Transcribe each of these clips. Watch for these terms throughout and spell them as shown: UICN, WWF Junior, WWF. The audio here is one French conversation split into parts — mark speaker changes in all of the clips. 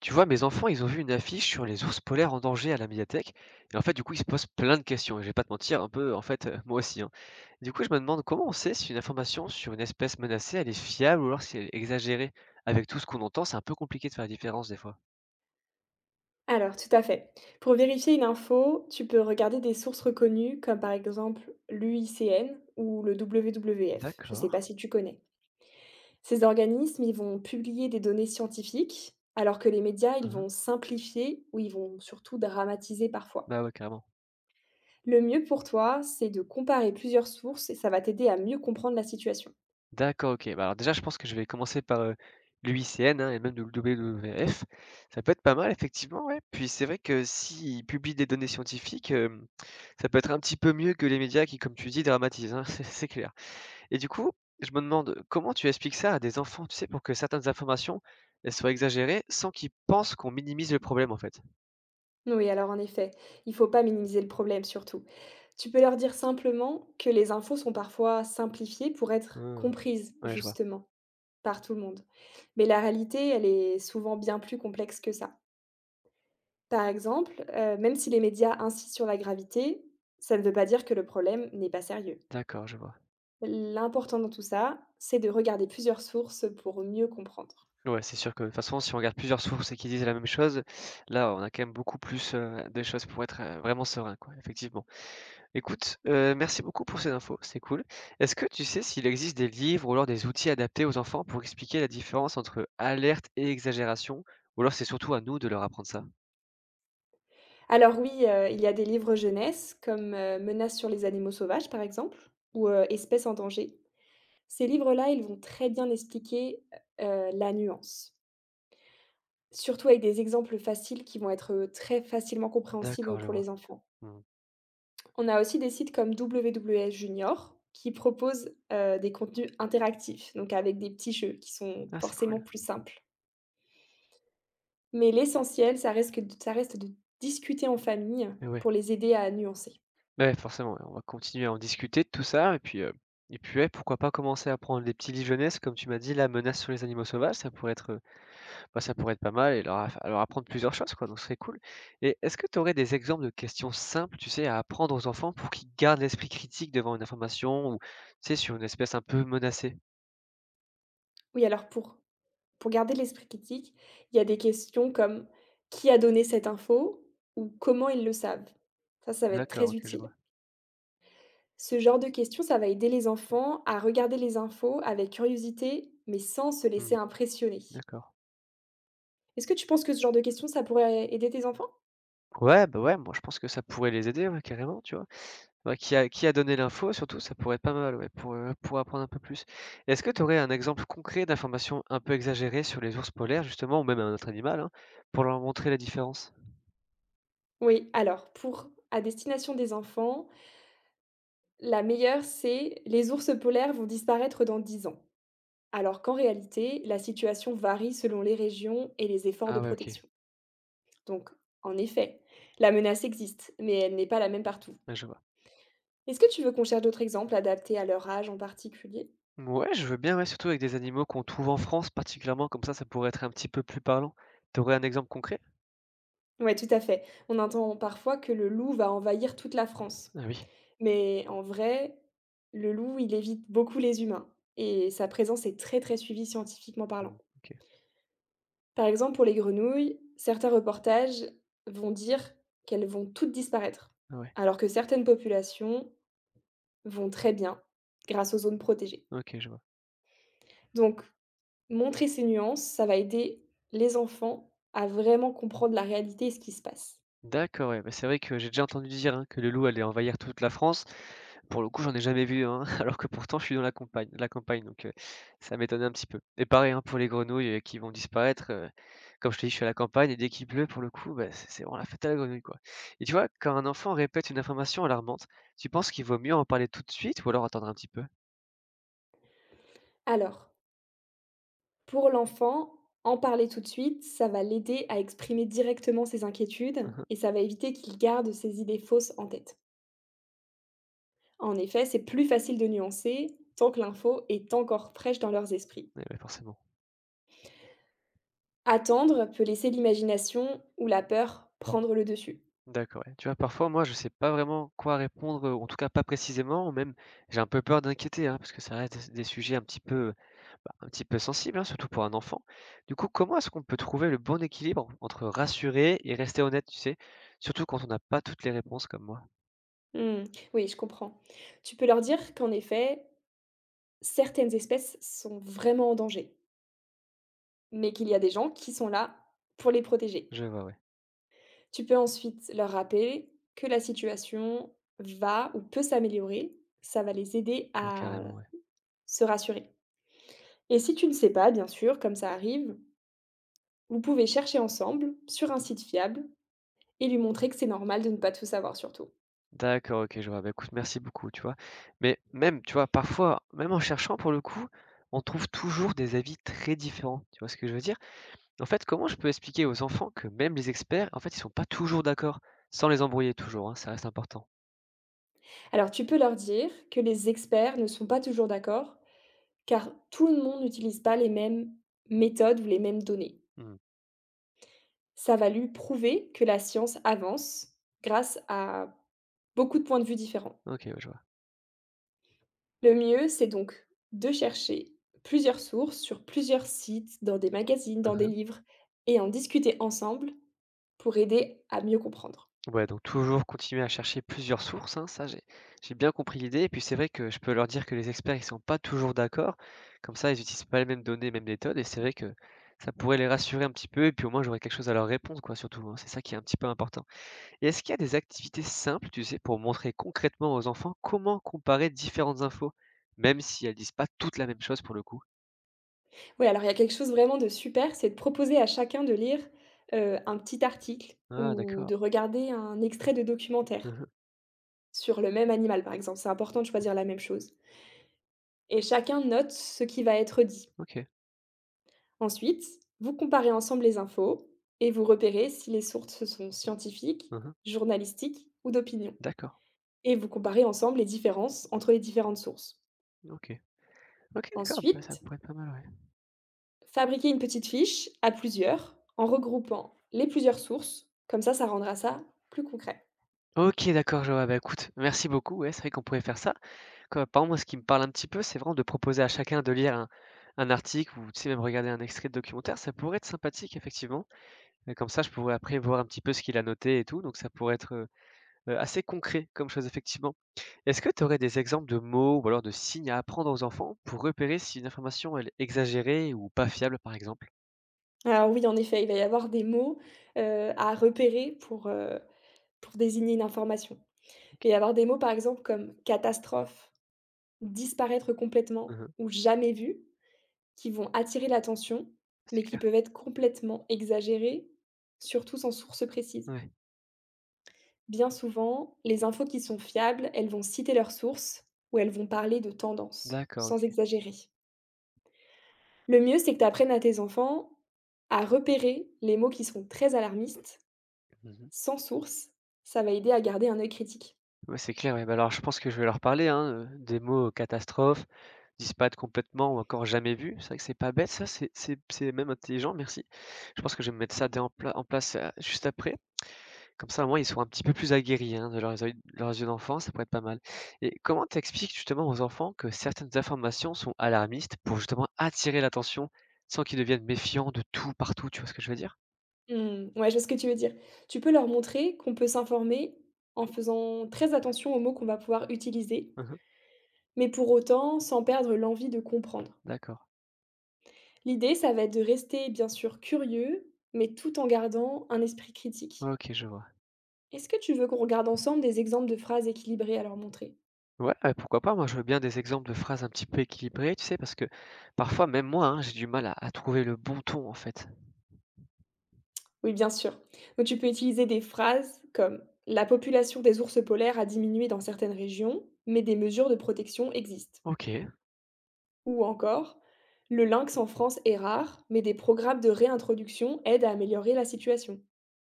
Speaker 1: Tu vois, mes enfants, ils ont vu une affiche sur les ours polaires en danger à la médiathèque. Et en fait, du coup, ils se posent plein de questions. Et je vais pas te mentir, un peu, en fait, moi aussi, hein. Du coup, je me demande comment on sait si une information sur une espèce menacée, elle est fiable ou alors si elle est exagérée. Avec tout ce qu'on entend, c'est un peu compliqué de faire la différence des fois.
Speaker 2: Alors, tout à fait. Pour vérifier une info, tu peux regarder des sources reconnues comme par exemple l'UICN ou le WWF. Je ne sais
Speaker 1: D'accord.
Speaker 2: pas si tu connais. Ces organismes, ils vont publier des données scientifiques, alors que les médias, ils
Speaker 1: Mhm.
Speaker 2: vont simplifier ou ils vont surtout dramatiser parfois.
Speaker 1: Bah ouais, carrément.
Speaker 2: Le mieux pour toi, c'est de comparer plusieurs sources et ça va t'aider à mieux comprendre la situation.
Speaker 1: D'accord, OK. Bah, alors déjà, je pense que je vais commencer par, l'UICN, hein, et même le WWF. Ça peut être pas mal effectivement, ouais. Puis c'est vrai que s'ils publient des données scientifiques, ça peut être un petit peu mieux que les médias qui, comme tu dis, dramatisent, hein, c'est clair. Et du coup, je me demande comment tu expliques ça à des enfants, tu sais, pour que certaines informations, elles soient exagérées sans qu'ils pensent qu'on minimise le problème, en fait?
Speaker 2: Oui, alors en effet, il faut pas minimiser le problème surtout. Tu peux leur dire simplement que les infos sont parfois simplifiées pour être
Speaker 1: Mmh,
Speaker 2: comprises,
Speaker 1: ouais, je vois.
Speaker 2: justement, par tout le monde. Mais la réalité, elle est souvent bien plus complexe que ça. Par exemple, même si les médias insistent sur la gravité, ça ne veut pas dire que le problème n'est pas sérieux.
Speaker 1: D'accord, je vois.
Speaker 2: L'important dans tout ça, c'est de regarder plusieurs sources pour mieux comprendre.
Speaker 1: Ouais, c'est sûr que de toute façon, si on regarde plusieurs sources et qu'ils disent la même chose, là, on a quand même beaucoup plus, de choses pour être, vraiment serein, quoi, effectivement. Écoute, merci beaucoup pour ces infos, c'est cool. Est-ce que tu sais s'il existe des livres ou alors des outils adaptés aux enfants pour expliquer la différence entre alerte et exagération? Ou alors c'est surtout à nous de leur apprendre ça?
Speaker 2: Alors oui, il y a des livres jeunesse comme, «Menaces sur les animaux sauvages» par exemple ou, «Espèces en danger». Ces livres-là, ils vont très bien expliquer, heu la nuance. Surtout avec des exemples faciles qui vont être, très facilement
Speaker 1: D'accord,
Speaker 2: compréhensibles
Speaker 1: je
Speaker 2: pour
Speaker 1: vois.
Speaker 2: les enfants.
Speaker 1: Mmh.
Speaker 2: On a aussi des sites comme WWF Junior qui proposent, des contenus interactifs, donc avec des petits jeux qui sont
Speaker 1: Ah, c'est
Speaker 2: forcément
Speaker 1: cool.
Speaker 2: plus simples. Mais l'essentiel, ça reste de discuter en famille
Speaker 1: Et ouais.
Speaker 2: pour les aider à nuancer.
Speaker 1: Bah, ouais, forcément, ouais, on va continuer à en discuter de tout ça et puis, ouais, pourquoi pas commencer à prendre des petits livres jeunesse comme tu m'as dit, la menace sur les animaux sauvages», ça pourrait être, bah, ça pourrait être pas mal et leur aff leur apprendre plusieurs choses quoi, donc ce serait cool et est-ce que tu aurais des exemples de questions simples, tu sais, à apprendre aux enfants pour qu'ils gardent l'esprit critique devant une information ou, tu sais, sur une espèce un peu menacée?
Speaker 2: Oui, alors pour Pour garder l'esprit critique, il y a des questions comme: «Qui a donné cette info?» ou «Comment ils le savent?» Ça va être
Speaker 1: D'accord,
Speaker 2: très
Speaker 1: OK, je
Speaker 2: utile.
Speaker 1: vois.
Speaker 2: Ce genre de questions, ça va aider les enfants à regarder les infos avec curiosité, mais sans se laisser
Speaker 1: Mmh,
Speaker 2: impressionner.
Speaker 1: d'accord.
Speaker 2: Est-ce que tu penses que ce genre de questions, ça pourrait aider tes enfants?
Speaker 1: Ouais, bah, ouais, moi je pense que ça pourrait les aider, ouais, carrément, tu vois? Bah, qui a donné l'info surtout, ça pourrait être pas mal, ouais, pour apprendre un peu plus. Est-ce que tu aurais un exemple concret d'information un peu exagérée sur les ours polaires justement ou même un autre animal, hein, pour leur montrer la différence?
Speaker 2: Oui, alors pour À destination des enfants, la meilleure, c'est: «Les ours polaires vont disparaître dans 10 ans», alors qu'en réalité, la situation varie selon les régions et les efforts de
Speaker 1: Ah ouais, OK,
Speaker 2: protection. Donc en effet, la menace existe, mais elle n'est pas la même partout.
Speaker 1: ouais, je vois.
Speaker 2: Est-ce que tu veux qu'on cherche d'autres exemples adaptés à leur âge en particulier?
Speaker 1: Ouais, je veux bien, ouais, surtout avec des animaux qu'on trouve en France particulièrement, comme ça pourrait être un petit peu plus parlant. T'aurais un exemple concret?
Speaker 2: Ouais, tout à fait. On entend parfois que le loup va envahir toute la France.
Speaker 1: Ah oui.
Speaker 2: Mais en vrai, le loup, il évite beaucoup les humains et sa présence est très, très suivie scientifiquement parlant.
Speaker 1: Mmh, OK.
Speaker 2: Par exemple, pour les grenouilles, certains reportages vont dire qu'elles vont toutes disparaître,
Speaker 1: Ah ouais.
Speaker 2: alors que certaines populations vont très bien grâce aux zones protégées.
Speaker 1: OK, je vois.
Speaker 2: Donc montrer ces nuances, ça va aider les enfants à vraiment comprendre la réalité et ce qui se passe.
Speaker 1: D'accord, ouais, bah, c'est vrai que j'ai déjà entendu dire, hein, que le loup allait envahir toute la France. Pour le coup, j'en ai jamais vu un, alors que pourtant je suis dans la campagne donc ça m'étonnait un petit peu et pareil, hein, pour les grenouilles, qui vont disparaître, comme je te dis, je suis à la campagne et dès qu'il pleut pour le coup, bah, c'est vraiment la fête à la grenouille, quoi et tu vois, quand un enfant répète une information alarmante, tu penses qu'il vaut mieux en parler tout de suite ou alors attendre un petit peu?
Speaker 2: Alors, pour l'enfant, en parler tout de suite, ça va l'aider à exprimer directement ses inquiétudes
Speaker 1: Mmh.
Speaker 2: et ça va éviter qu'il garde ses idées fausses en tête. En effet, c'est plus facile de nuancer tant que l'info est encore fraîche dans leurs esprits.
Speaker 1: Eh beh, forcément.
Speaker 2: Attendre peut laisser l'imagination ou la peur prendre le dessus.
Speaker 1: D'accord, ouais. Tu vois, parfois, moi, je sais pas vraiment quoi répondre, en tout cas pas précisément, ou même j'ai un peu peur d'inquiéter, hein, parce que ça reste des sujets un petit peu, bah, un petit peu sensibles, hein, surtout pour un enfant. Du coup, comment est-ce qu'on peut trouver le bon équilibre entre rassurer et rester honnête, tu sais? Surtout quand on n'a pas toutes les réponses comme moi.
Speaker 2: Hmm, oui, je comprends. Tu peux leur dire qu'en effet, certaines espèces sont vraiment en danger, mais qu'il y a des gens qui sont là pour les protéger.
Speaker 1: Je vois, ouais.
Speaker 2: Tu peux ensuite leur rappeler que la situation va ou peut s'améliorer. Ça va les aider
Speaker 1: Ouais,
Speaker 2: à
Speaker 1: carrément, ouais.
Speaker 2: se rassurer. Et si tu ne sais pas, bien sûr, comme ça arrive, vous pouvez chercher ensemble sur un site fiable et lui montrer que c'est normal de ne pas tout savoir surtout.
Speaker 1: D'accord, OK, je vois. Bah, écoute, merci beaucoup, tu vois? Mais même, tu vois, parfois, même en cherchant pour le coup, on trouve toujours des avis très différents, tu vois ce que je veux dire? En fait, comment je peux expliquer aux enfants que même les experts, en fait, ils sont pas toujours d'accord, sans les embrouiller toujours, hein, ça reste important.
Speaker 2: Alors tu peux leur dire que les experts ne sont pas toujours d'accord car tout le monde n'utilise pas les mêmes méthodes ou les mêmes données.
Speaker 1: Mmh.
Speaker 2: Ça va lui prouver que la science avance grâce à beaucoup de points de vue différents.
Speaker 1: OK, ouais, je vois.
Speaker 2: Le mieux, c'est donc de chercher plusieurs sources sur plusieurs sites, dans des magazines, dans des
Speaker 1: Mmh.
Speaker 2: livres, et en discuter ensemble pour aider à mieux comprendre.
Speaker 1: Ouais, donc toujours continuer à chercher plusieurs sources, hein, ça j'ai bien compris l'idée et puis c'est vrai que je peux leur dire que les experts, ils sont pas toujours d'accord, comme ça ils utilisent pas les mêmes données, mêmes méthodes et c'est vrai que ça pourrait les rassurer un petit peu et puis au moins j'aurais quelque chose à leur répondre quoi surtout, hein, c'est ça qui est un petit peu important. Et est-ce qu'il y a des activités simples, tu sais, pour montrer concrètement aux enfants comment comparer différentes infos, même si elles disent pas toutes la même chose pour le coup?
Speaker 2: Oui, alors il y a quelque chose vraiment de super, c'est de proposer à chacun de lire, un petit article
Speaker 1: Ah
Speaker 2: ou
Speaker 1: d'accord.
Speaker 2: de regarder un extrait de documentaire
Speaker 1: Mmh.
Speaker 2: sur le même animal, par exemple. C'est important de choisir la même chose et chacun note ce qui va être dit.
Speaker 1: OK.
Speaker 2: Ensuite, vous comparez ensemble les infos et vous repérez si les sources sont scientifiques,
Speaker 1: Mmh.
Speaker 2: journalistiques ou d'opinion.
Speaker 1: D'accord.
Speaker 2: Et vous comparez ensemble les différences entre les différentes sources.
Speaker 1: OK. OK, d'accord, bah, ça
Speaker 2: Ensuite,
Speaker 1: pourrait être pas mal, ouais.
Speaker 2: fabriquez une petite fiche à plusieurs en regroupant les plusieurs sources. Comme ça rendra ça plus concret.
Speaker 1: OK, d'accord, je vois. Bah, écoute, merci beaucoup. Ouais, c'est vrai qu'on pourrait faire ça. Comme par exemple, moi, ce qui me parle un petit peu, c'est vraiment de proposer à chacun de lire un article ou, tu sais, même regarder un extrait de documentaire. Ça pourrait être sympathique effectivement et comme ça, je pourrais après voir un petit peu ce qu'il a noté et tout, assez concret comme chose effectivement. Est-ce que tu aurais des exemples de mots ou alors de signes à apprendre aux enfants pour repérer si une information elle est exagérée ou pas fiable par exemple?
Speaker 2: Alors oui, en effet, il va y avoir des mots, à repérer pour désigner une information.
Speaker 1: OK.
Speaker 2: Il va y avoir des mots, par exemple, comme catastrophe, disparaître complètement
Speaker 1: Mmh.
Speaker 2: ou jamais vu, qui vont attirer l'attention,
Speaker 1: C'est
Speaker 2: mais qui
Speaker 1: clair.
Speaker 2: peuvent être complètement exagérées, surtout sans source précise.
Speaker 1: Ouais.
Speaker 2: Bien souvent, les infos qui sont fiables, elles vont citer leurs sources ou elles vont parler de tendances,
Speaker 1: D'accord,
Speaker 2: sans
Speaker 1: OK.
Speaker 2: exagérer. Le mieux, c'est que tu apprennes à tes enfants à repérer les mots qui sont très alarmistes,
Speaker 1: Mmh.
Speaker 2: sans source. Ça va aider à garder un œil critique.
Speaker 1: Ouais, c'est clair, ouais, bah, alors je pense que je vais leur parler, hein, des mots catastrophe, disparaître complètement ou encore jamais vu. C'est vrai que c'est pas bête ça, c'est même intelligent, merci. Je pense que je vais me mettre ça dès en pla en place, juste après. Comme ça, au moins, ils seront un petit peu plus aguerris, hein, de leurs yeux d'enfant, ça pourrait être pas mal. Et comment t'expliques justement aux enfants que certaines informations sont alarmistes pour justement attirer l'attention, sans qu'ils deviennent méfiants de tout, partout, tu vois ce que je veux dire?
Speaker 2: Mmh, ouais, je vois ce que tu veux dire. Tu peux leur montrer qu'on peut s'informer en faisant très attention aux mots qu'on va pouvoir utiliser
Speaker 1: Mmh.
Speaker 2: mais pour autant sans perdre l'envie de comprendre.
Speaker 1: D'accord.
Speaker 2: L'idée, ça va être de rester bien sûr curieux, mais tout en gardant un esprit critique.
Speaker 1: OK, je vois.
Speaker 2: Est-ce que tu veux qu'on regarde ensemble des exemples de phrases équilibrées à leur montrer?
Speaker 1: Ouais, ouais, pourquoi pas, moi je veux bien des exemples de phrases un petit peu équilibrées, tu sais? Parce que parfois, même moi, hein, j'ai du mal à trouver le bon ton, en fait.
Speaker 2: Oui, bien sûr. Donc tu peux utiliser des phrases comme «La population des ours polaires a diminué dans certaines régions, mais des mesures de protection existent.»
Speaker 1: OK.
Speaker 2: Ou encore «Le lynx en France est rare, mais des programmes de réintroduction aident à améliorer la situation.»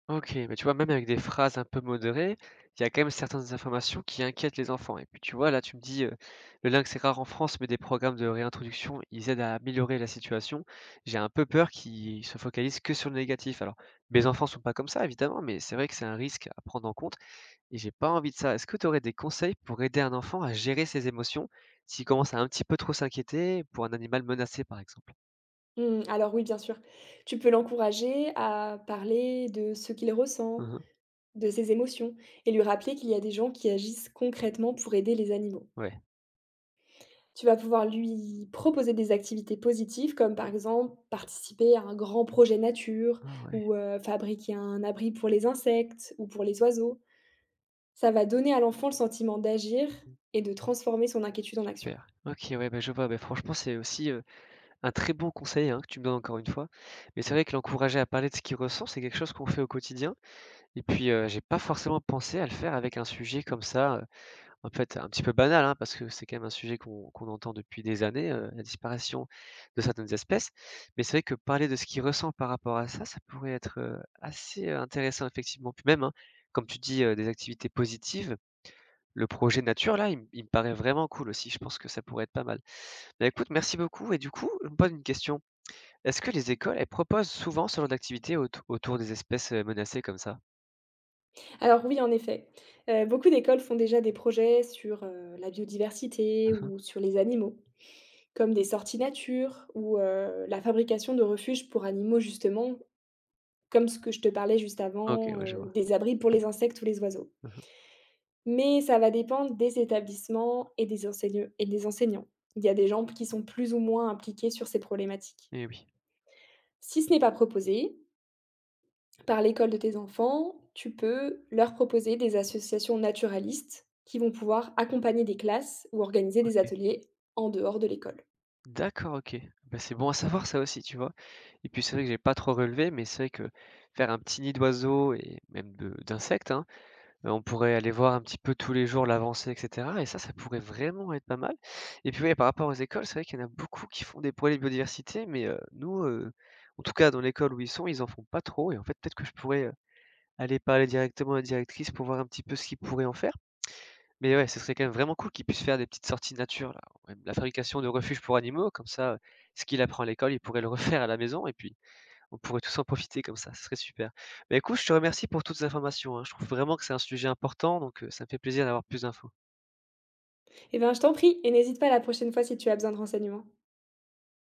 Speaker 1: OK, mais tu vois, même avec des phrases un peu modérées, il y a quand même certaines informations qui inquiètent les enfants. Et puis tu vois, là, tu me dis, le lynx est rare en France, mais des programmes de réintroduction, ils aident à améliorer la situation. J'ai un peu peur qu'ils se focalisent que sur le négatif. Alors, mes enfants sont pas comme ça, évidemment, mais c'est vrai que c'est un risque à prendre en compte et j'ai pas envie de ça. Est-ce que tu aurais des conseils pour aider un enfant à gérer ses émotions s'il commence à un petit peu trop s'inquiéter pour un animal menacé, par exemple?
Speaker 2: Mmh, alors oui, bien sûr. Tu peux l'encourager à parler de ce qu'il ressent,
Speaker 1: Mmh.
Speaker 2: de ses émotions, et lui rappeler qu'il y a des gens qui agissent concrètement pour aider les animaux.
Speaker 1: Ouais.
Speaker 2: Tu vas pouvoir lui proposer des activités positives, comme par exemple participer à un grand projet nature,
Speaker 1: Ah ouais.
Speaker 2: ou fabriquer un abri pour les insectes ou pour les oiseaux. Ça va donner à l'enfant le sentiment d'agir
Speaker 1: Mmh,
Speaker 2: et de transformer son inquiétude en action.
Speaker 1: super. OK, ouais, bah, je vois. Bah, franchement, c'est aussi, un très bon conseil, hein, que tu me donnes encore une fois. Mais c'est Mmh. vrai que l'encourager à parler de ce qu'il ressent, c'est quelque chose qu'on fait au quotidien et puis, j'ai pas forcément pensé à le faire avec un sujet comme ça, en fait, un petit peu banal, hein, parce que c'est quand même un sujet qu'on entend depuis des années, la disparition de certaines espèces. Mais c'est vrai que parler de ce qu'il ressent par rapport à ça, ça pourrait être, assez, intéressant effectivement. Puis même, hein, comme tu dis, des activités positives, le projet nature là, il me paraît vraiment cool aussi, je pense que ça pourrait être pas mal. Bah, écoute, merci beaucoup et du coup, je me pose une question. Est-ce que les écoles, elles proposent souvent ce genre d'activité autour des espèces, menacées comme ça?
Speaker 2: Alors oui, en effet. Beaucoup d'écoles font déjà des projets sur, la biodiversité
Speaker 1: Mmh.
Speaker 2: ou sur les animaux, comme des sorties nature ou, la fabrication de refuges pour animaux justement, comme ce que je te parlais juste
Speaker 1: OK,
Speaker 2: avant,
Speaker 1: ouais, je vois.
Speaker 2: des abris pour les insectes ou les oiseaux.
Speaker 1: Mmh.
Speaker 2: Mais ça va dépendre des établissements et des enseigne et des enseignants. Il y a des gens qui sont plus ou moins impliqués sur ces problématiques.
Speaker 1: Eh oui,
Speaker 2: Si ce n'est pas proposé par l'école de tes enfants, tu peux leur proposer des associations naturalistes qui vont pouvoir accompagner des classes ou organiser des
Speaker 1: OK.
Speaker 2: ateliers en dehors de l'école.
Speaker 1: D'accord, OK. Bah, c'est bon à savoir ça aussi, tu vois? Et puis c'est vrai que j'ai pas trop relevé, mais c'est vrai que faire un petit nid d'oiseaux et même de d'insectes, hein, on pourrait aller voir un petit peu tous les jours l'avancée et cetera et ça pourrait vraiment être pas mal. Et puis, ouais, par rapport aux écoles, c'est vrai qu'il y en a beaucoup qui font des projets de biodiversité mais, nous, en tout cas dans l'école où ils sont, ils en font pas trop et en fait, peut-être que je pourrais, aller parler directement à la directrice pour voir un petit peu ce qu'ils pourraient en faire. Mais ouais, ce serait quand même vraiment cool qu'ils puissent faire des petites sorties nature là, même la fabrication de refuges pour animaux comme ça, ce qu'il apprend à l'école, il pourrait le refaire à la maison et puis on pourrait tous en profiter comme ça, ce serait super. Mais écoute, je te remercie pour toutes ces informations, hein. Je trouve vraiment que c'est un sujet important donc, ça me fait plaisir d'avoir plus d'infos.
Speaker 2: Eh bien, je t'en prie et n'hésite pas la prochaine fois si tu as besoin de renseignements.